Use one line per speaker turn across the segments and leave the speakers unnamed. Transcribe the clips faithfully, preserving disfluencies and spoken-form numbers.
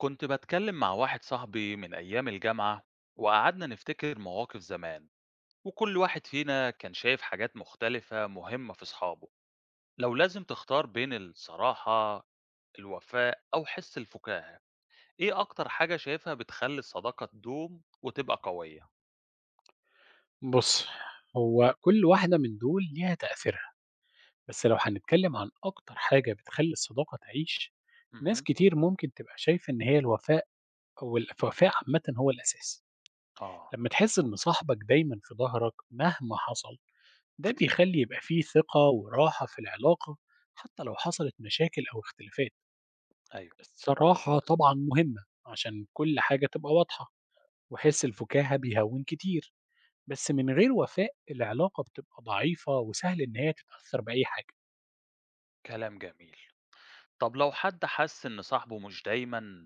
كنت بتكلم مع واحد صاحبي من أيام الجامعة وقعدنا نفتكر مواقف زمان وكل واحد فينا كان شايف حاجات مختلفة مهمة في أصحابه. لو لازم تختار بين الصراحة، الوفاء أو حس الفكاهة، إيه أكتر حاجة شايفها بتخلي الصداقة تدوم وتبقى قوية؟
بُص، هو كل واحدة من دول ليها تأثيرها، بس لو هنتكلم عن أكتر حاجة بتخلّي الصداقة تعيش، ناس
مهم.
كتير ممكن تبقى شايفة إن هي الوفاء أو الوفاء عامةً هو الأساس،
آه.
لمّا تحس إن صاحبك دايمًا في ضهرك مهما حصل، ده بيخلّي يبقى في ثقة وراحة في العلاقة حتى لو حصلت مشاكل أو اختلافات.
أيوه.
الصراحة طبعًا مهمة عشان كل حاجة تبقى واضحة، وحس الفُكاهة بيهوّن كتير. بس من غير وفاء العلاقة بتبقى ضعيفة وسهل إن هي تتأثر بأي حاجة.
كلام جميل. طب لو حد حس إن صاحبه مش دايما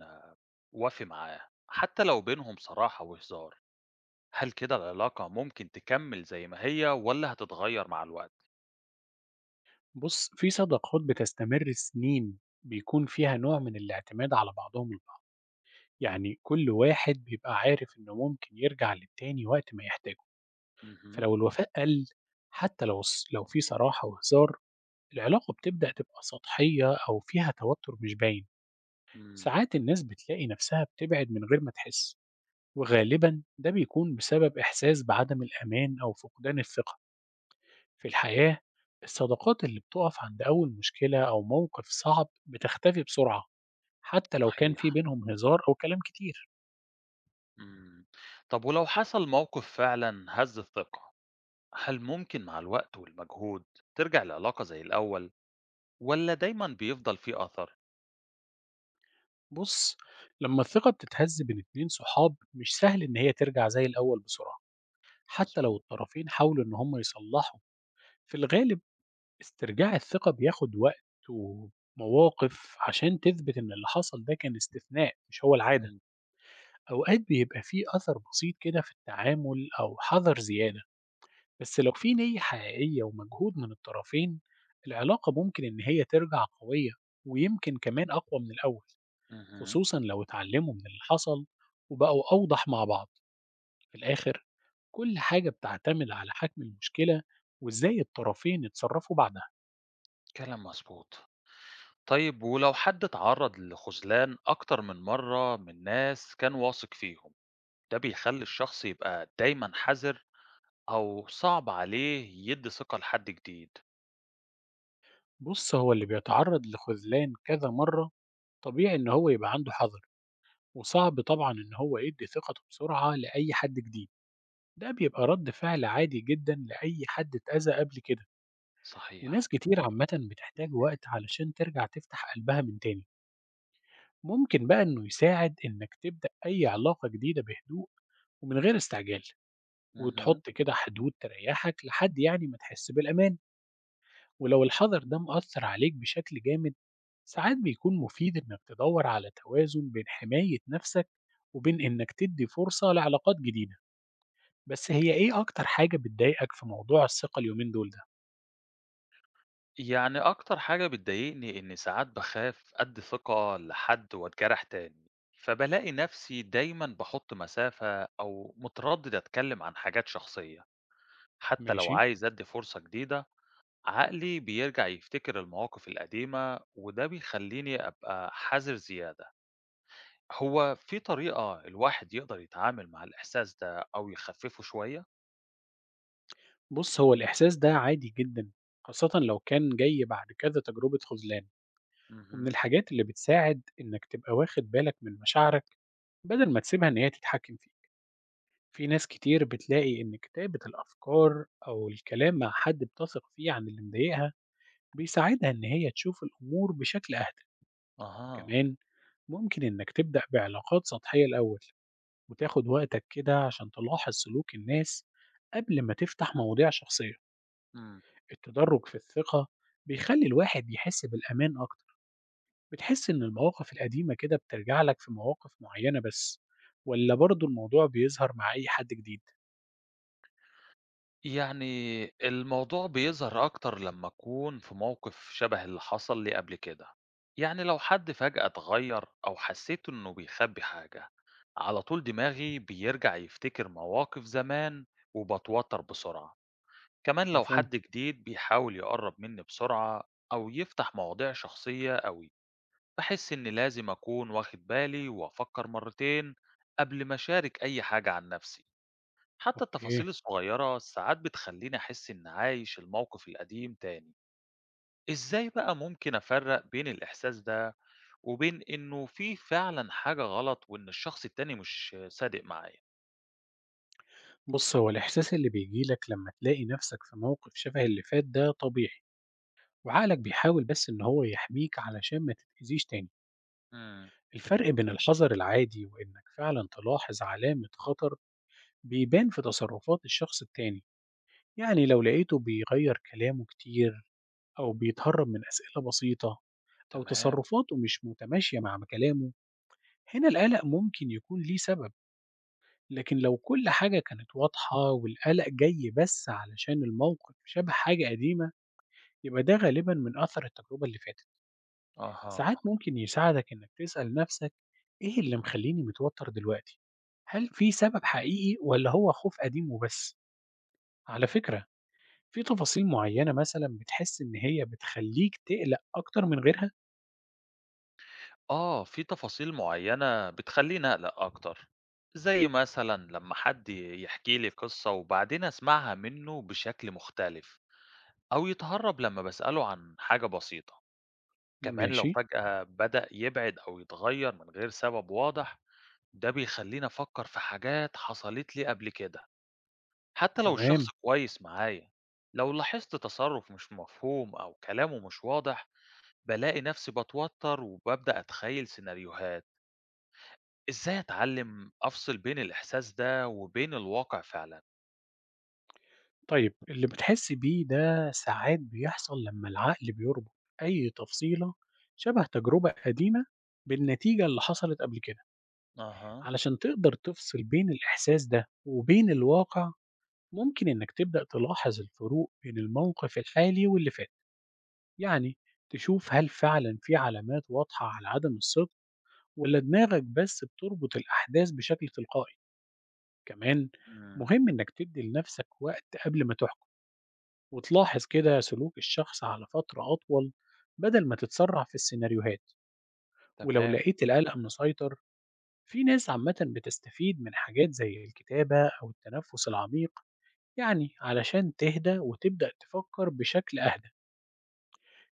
وافي معاه حتى لو بينهم صراحة وهزار، هل كده العلاقة ممكن تكمّل زي ما هي والّا هتتغيّر مع الوقت؟
بص، في صداقات بتستمر سنين بيكون فيها نوع من الاعتماد على بعضهم البعض، يعني كل واحد بيبقى عارف إنه ممكن يرجع للتاني وقت ما يحتاجه.
اهم،
فلو الوفاء قل، حتى لو الص- لو في صراحة وهزار، العلاقة بتبدأ تبقى سطحية أو فيها توتر مش باين.
إمم،
ساعات الناس بتلاقي نفسها بتبعد من غير ما تحس، وغالبا ده بيكون بسبب إحساس بعدم الأمان أو فقدان الثقة في الحياة. الصداقات اللي بتقف عند أول مشكلة أو موقف صعب بتختفي بسرعة، حتى لو كان في
صحيح،
بينهم هزار أو كلام كتير.
إمم. طب ولو حصل موقف فعلًا هَز الثقة، هل ممكن مع الوقت والمجهود ترجع العلاقة زي الأول والّا دايمًا بيفضل في أثر؟
بص، لما الثقة بتتهز بين اتنين صحاب مش سهل إن هي ترجع زي الأول بسرعة، حتى لو
مضبوط،
الطرفين حاولوا إن هم يصلحوا. في الغالب، استرجاع الثقة بياخد وقت ومواقف عشان تثبت إن اللي حصل ده كان استثناء مش هو العادة.
إمم،
أوقات بيبقى فيه أثر بسيط كده في التعامل أو حذر زيادة، بس لو في نية حقيقية ومجهود من الطرفين، العلاقة ممكن إن هي ترجع قوية، ويمكن كمان أقوى من الأول.
اهم،
خصوصا لو اتعلموا من اللي حصل وبقوا أوضح مع بعض. في الآخر، كل حاجة بتعتمد على حجم المشكلة وإزاي الطرفين يتصرفوا بعدها.
كلام مضبوط. طيب ولو حد اتعرّض لخذلان أكتر من مرّة من ناس كان واثق فيهم، ده بيخلّي الشخص يبقى دايمًا حذر أو صعب عليه يدّي ثقة لحد جديد؟
بص، هو اللي بيتعرض لخذلان كذا مرة طبيعي إن هو يبقى عنده حذر، وصعب طبعا إن هو يدي ثقته بسرعة لأي حد جديد. ده بيبقى رد فعل عادي جدا لأي حد اتأذى قبل كده. وناس
صحيح.
كتير عامةً بتحتاج وقت علشان ترجع تفتح قلبها من تاني، ممكن بقى إنه يساعد إنك تبدأ أي علاقة جديدة بهدوء ومن غير استعجال،
اهم.
وتحط كده حدود تريحك لحد يعني ما تحس بالأمان، ولو الحذر ده مأثر عليك بشكل جامد، ساعات بيكون مفيد إنك تدور على توازن بين حماية نفسك وبين إنك تدي فرصة لعلاقات جديدة، بس هي إيه أكتر حاجة بتضايقك في موضوع الثقة اليومين دول ده؟
يعني أكتر حاجة بتضايقني إني ساعات باخاف أدّي ثقة لحد وأتجرح تاني، فبالاقي نفسي دايمًا باحُط مسافة أو متردد أتكلم عن حاجات شخصية، حتى لو
ماشي.
عايز أدّي فرصة جديدة، عقلي بيرجع يفتكر المواقف القديمة وده بيخلّيني أبقى حذر زيادة. هو في طريقة الواحد يقدر يتعامل مع الإحساس ده أو يخفّفه شوية؟
بُص، هو الإحساس ده عادي جدًا، خاصةً لو كان جاي بعد كذا تجربة خذلان، ومن
اهم.
الحاجات اللي بتساعد إنك تبقى واخد بالك من مشاعرك بدل ما تسيبها إن هي تتحكم فيك. في ناس كتير بتلاقي إن كتابة الأفكار أو الكلام مع حد بتثق فيه عن اللي مضايقها بيساعدها إن هي تشوف الأمور بشكل أهدى.
أها،
كمان، ممكن إنك تبدأ بعلاقات سطحية الأول، وتاخد وقتك كده عشان تلاحظ سلوك الناس قبل ما تفتح مواضيع شخصية.
إمم.
التدرج في الثقة بيخلّي الواحد يحس بالأمان أكتر. بتحس إن المواقف القديمة كده بترجع لك في مواقف معيّنة بس، والّا برضه الموضوع بيظهر مع أي حد جديد؟
يعني الموضوع بيظهر أكتر لمّا أكون في موقف شبه اللي حصل لي قبل كده. يعني لو حد فجأة اتغيّر أو حسّيت إنه بيخبّي حاجة، على طول دماغي بيرجع يفتكر مواقف زمان وباتوتر بسرعة. كمان لو
مفهوم.
حد جديد بيحاول يقرّب منّي بسرعة أو يفتح مواضيع شخصية أوي، باحس إني لازم أكون واخد بالي وأفكّر مرّتين قبل ما أشارك أي حاجة عن نَفْسي. حتى
أوكي،
التفاصيل الصغيرة ساعات بتخليني أحس إن عايش الموقف القديم تاني. إزاي بقى ممكن أفرق بين الإحساس ده وبين إنه في فعلا حاجة غلط وإن الشخص التاني مش صادق معايا؟
بُص، هو الإحساس اللي بييجي لك لمّا تلاقي نفسك في موقف شبه اللي فات ده طبيعي، وعقلك بيحاول بس إن هو يحميك علشان ما تتأذيش تاني.
امم.
الفرق بين الحذر العادي وإنك فعلًا تلاحظ علامة خطر بيبان في تصرفات الشخص التاني، يعني لو لقيته بيغيّر كلامه كتير أو بيتهرب من أسئلة بسيطة أو
تمام.
تصرفاته مش متماشية مع كلامه، هنا القلق ممكن يكون ليه سبب. لكن لو كل حاجة كانت واضحة والقلق جاي بس علشان الموقف شبه حاجة قديمة، يبقى ده غالبا من أثر التجربة اللي فاتت. ساعات
أها.
ممكن يساعدك إنك تسأل نفسك: إيه اللي مخليني متوتر دلوقتي؟ هل في سبب حقيقي ولا هو خوف قديم وبس؟ على فكرة، في تفاصيل معينة مثلا بتحس إن هي بتخليك تقلق أكتر من غيرها؟
آه في تفاصيل معينة بتخليني أقلق أكتر، زي مثلا لما حد يحكي لي قصة وبعدين أسمعها منه بشكل مختلف أو يتهرب لما بسأله عن حاجة بسيطة. كمان لو
ماشي.
فجأة بدأ يبعد أو يتغير من غير سبب واضح، ده بيخليني أفكر في حاجات حصلت لي قبل كده، حتى لو
تمام.
الشخص كويس معايا. لو لاحظت تصرف مش مفهوم أو كلامه مش واضح، بلاقي نفسي بتوتر وببدأ أتخيل سيناريوهات. إزاي أتعلم أفصل بين الإحساس ده وبين الواقع فعلا؟
طيب اللي بتحسّي بيه ده ساعات بيحصل لمّا العقل بيربط أي تفصيلة شبه تجربة قديمة بالنتيجة اللي حصلت قبل كده،
اها.
علشان تقدر تفصل بين الإحساس ده وبين الواقع، ممكن إنّك تبدأ تلاحظ الفروق بين الموقف الحالي واللي فات، يعني تشوف هل فعلًا في علامات واضحة على عدم الصدق والّا دماغك بس بتربط الأحداث بشكل تلقائي. كمان
مم.
مهم إنّك تدّي لنفسك وقت قبل ما تحكم، وتلاحظ كده سلوك الشخص على فترة أطول بدل ما تتسرع في السيناريوهات. ولو
تمام.
لقيت القلق مسيطر، في ناس عامة بتستفيد من حاجات زي الكتابة أو التنفس العميق، يعني علشان تهدى وتبدأ تفكر بشكل أهدى.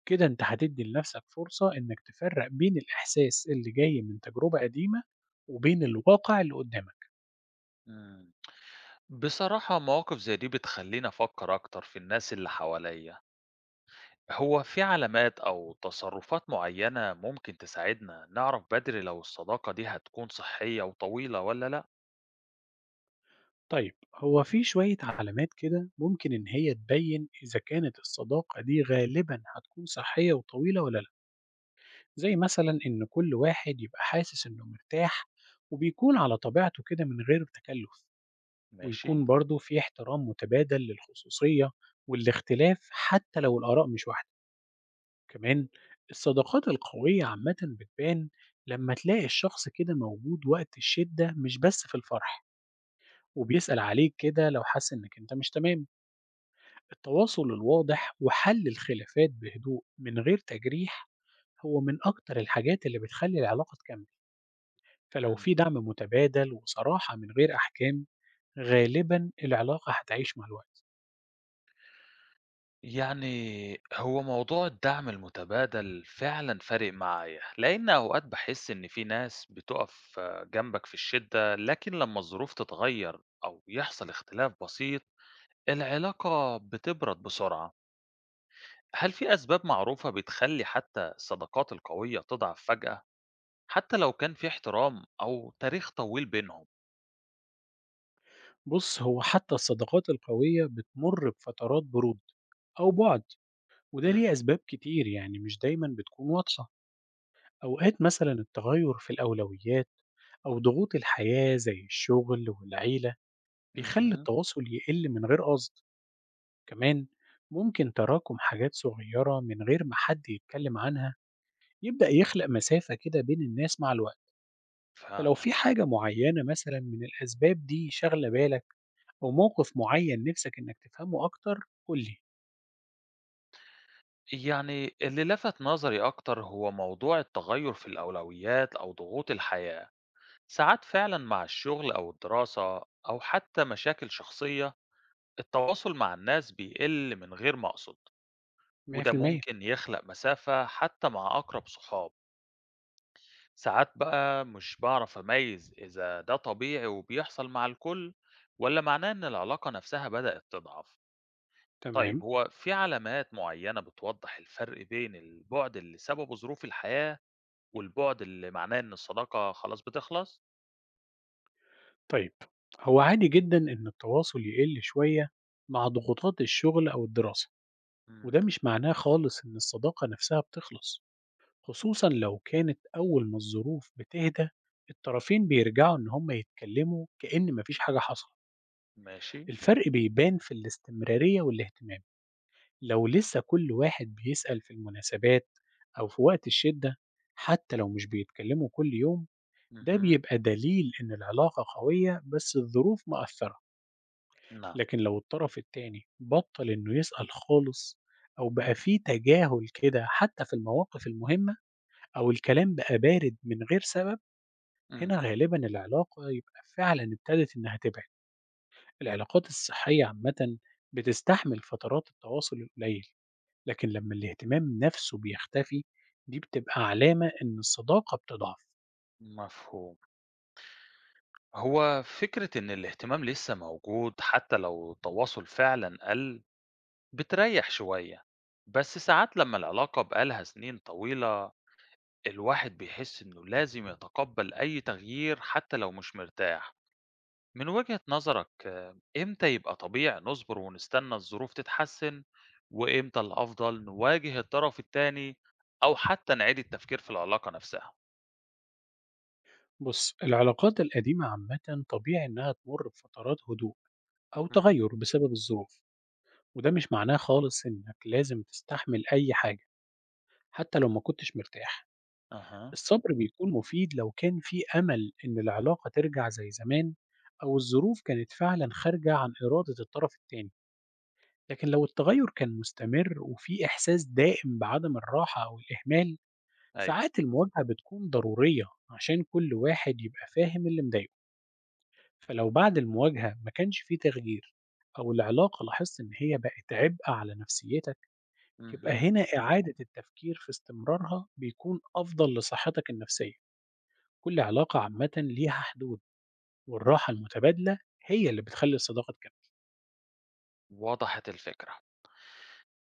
كده أنت هتدي لنفسك فرصة إنك تفرق بين الإحساس اللي جاي من تجربة قديمة وبين الواقع اللي قدامك.
مم. بصراحة مواقف زي دي بتخليني أفكر أكتر في الناس اللي حواليا. هو في علامات أو تصرفات معينة ممكن تساعدنا نعرف بدري لو الصداقة دي هتكون صحية وطويلة ولا لأ؟
طيب، هو في شوية علامات كده ممكن إن هي تبين إذا كانت الصداقة دي غالبا هتكون صحية وطويلة ولا لأ، زي مثلا إن كل واحد يبقى حاسس إنه مرتاح وبيكون على طبيعته كده من غير تكلف،
ماشي؟
ويكون برضه في احترام متبادل للخصوصية والاختلاف حتى لو الآراء مش واحدة. كمان، الصداقات القوية عامة بتبان لما تلاقي الشخص كده موجود وقت الشدة مش بس في الفرح، وبيسأل عليك كده لو حس إنك أنت مش تمام. التواصل الواضح وحل الخلافات بهدوء من غير تجريح هو من أكتر الحاجات اللي بتخلي العلاقة تكمل. فلو
مم.
في دعم متبادل وصراحة من غير أحكام، غالبا العلاقة هتعيش مع الوقت.
يعني هو موضوع الدعم المتبادل فعلا فارق معايا، لأن أوقات بحس إن في ناس بتقف جنبك في الشدة لكن لما الظروف تتغير أو يحصل اختلاف بسيط العلاقة بتبرد بسرعة. هل في أسباب معروفة بتخلي حتى الصداقات القوية تضعف فجأة؟ حتى لو كان في احترام أو تاريخ طويل بينهم.
بص، هو حتى الصداقات القوية بتمر بفترات برود أو بعد، وده
إمم.
ليه أسباب كتير يعني مش دايما بتكون واضحة. أوقات مثلا التغير في الأولويات أو ضغوط الحياة زي الشغل والعيلة بيخلي
اهم.
التواصل يقل من غير قصد. كمان، ممكن تراكم حاجات صغيرة من غير ما حد يتكلم عنها يبدأ يخلق مسافة كده بين الناس مع الوقت. فلو
فعلًا.
في حاجة معينة مثلا من الأسباب دي شاغلة بالك، أو موقف معين نفسك إنك تفهمه أكتر، قول لي.
يعني اللي لفت نظري أكتر هو موضوع التغيُّر في الأولويات أو ضغوط الحياة. ساعات فعلًا مع الشغل أو الدراسة أو حتى مشاكل شخصية، التواصل مع الناس بيقِل من غير ما أقصد، وده
مية في المية.
ممكن يخلق مسافة حتى مع أقرب صحاب. ساعات بقى مش باعرف أميّز إذا ده طبيعي وبيحصل مع الكل، والّا معناه إن العلاقة نفسها بدأت تضعف.
تمام.
طيب هو في علامات معينة بتوضح الفرق بين البعد اللي سببه ظروف الحياة والبعد اللي معناه إن الصداقة خلاص بتخلص؟
طيب، هو عادي جدا إن التواصل يقل شوية مع ضغوطات الشغل أو الدراسة، وده
مم.
مش معناه خالص إن الصداقة نفسها بتخلص، خصوصا لو كانت أول ما الظروف بتهدى الطرفين بيرجعوا إن هما يتكلموا كأن مفيش حاجة حصلت.
ماشي.
الفرق بيبان في الاستمرارية والاهتمام، لو لسه كل واحد بيسأل في المناسبات أو في وقت الشدة حتى لو مش بيتكلموا كل يوم، ده
مهم.
بيبقى دليل إن العلاقة قوية بس الظروف مأثرة.
نعم.
لكن لو الطرف التاني بطل إنه يسأل خالص، أو بقى فيه تجاهل كده حتى في المواقف المهمة، أو الكلام بقى بارد من غير سبب،
مم.
هنا غالبا العلاقة يبقى فعلا ابتدت إنها تبعد. العلاقات الصحية عامة بتستحمل فترات التواصل القليل، لكن لمّا الاهتمام نَفْسه بيختفي، دي بتبقى علامة إن الصداقة بتضعف.
مفهوم. هو فكرة إن الاهتمام لسه موجود حتى لو التواصل فعلا قل بتريح شوية، بس ساعات لما العلاقة بقالها سنين طويلة الواحد بيحس إنه لازم يتقبل أي تغيير حتى لو مش مرتاح. من وجهة نظرك آه، إمتى يبقى طبيعي نصبر ونستنى الظروف تتحسن وإمتى الأفضل نواجه الطرف التاني أو حتى نعيد التفكير في العلاقة نفسها؟
بُص، العلاقات القديمة عامةً طبيعي إنها تمُر بفترات هدوء أو
مم.
تغيُّر بسبب الظروف، وده مش معناه خالص إنك لازم تستحمل أي حاجة حتى لو ما كنتش مرتاح.
أها.
الصبر بيكون مفيد لو كان في أمل إن العلاقة ترجع زي زمان أو الظروف كانت فعلًا خارجة عن إرادة الطرف التاني. لكن لو التغيُّر كان مستمر وفي إحساس دائم بعدم الراحة أو الإهمال،
أيوه.
ساعات المواجهة بتكون ضرورية عشان كل واحد يبقى فاهم اللي مضايقه. فلو بعد المواجهة ما كانش فيه تغيير، أو العلاقة لاحظت إن هي بقت عبء على نفسيتك، يبقى
مهم.
هنا إعادة التفكير في استمرارها بيكون أفضل لصحتك النفسية. كل علاقة عامة ليها حدود، والراحة المتبادلة هي اللي بتخلي الصداقة تكمل.
وضحت الفكرة.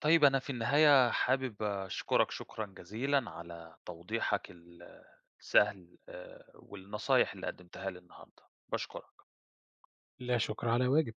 طيب أنا في النهاية حابب أشكرك شكرا جزيلا على توضيحك ال- السهل آه، والنصايح اللي قدمتها لي النهاردة. بشكرك.
لا شكر على واجب.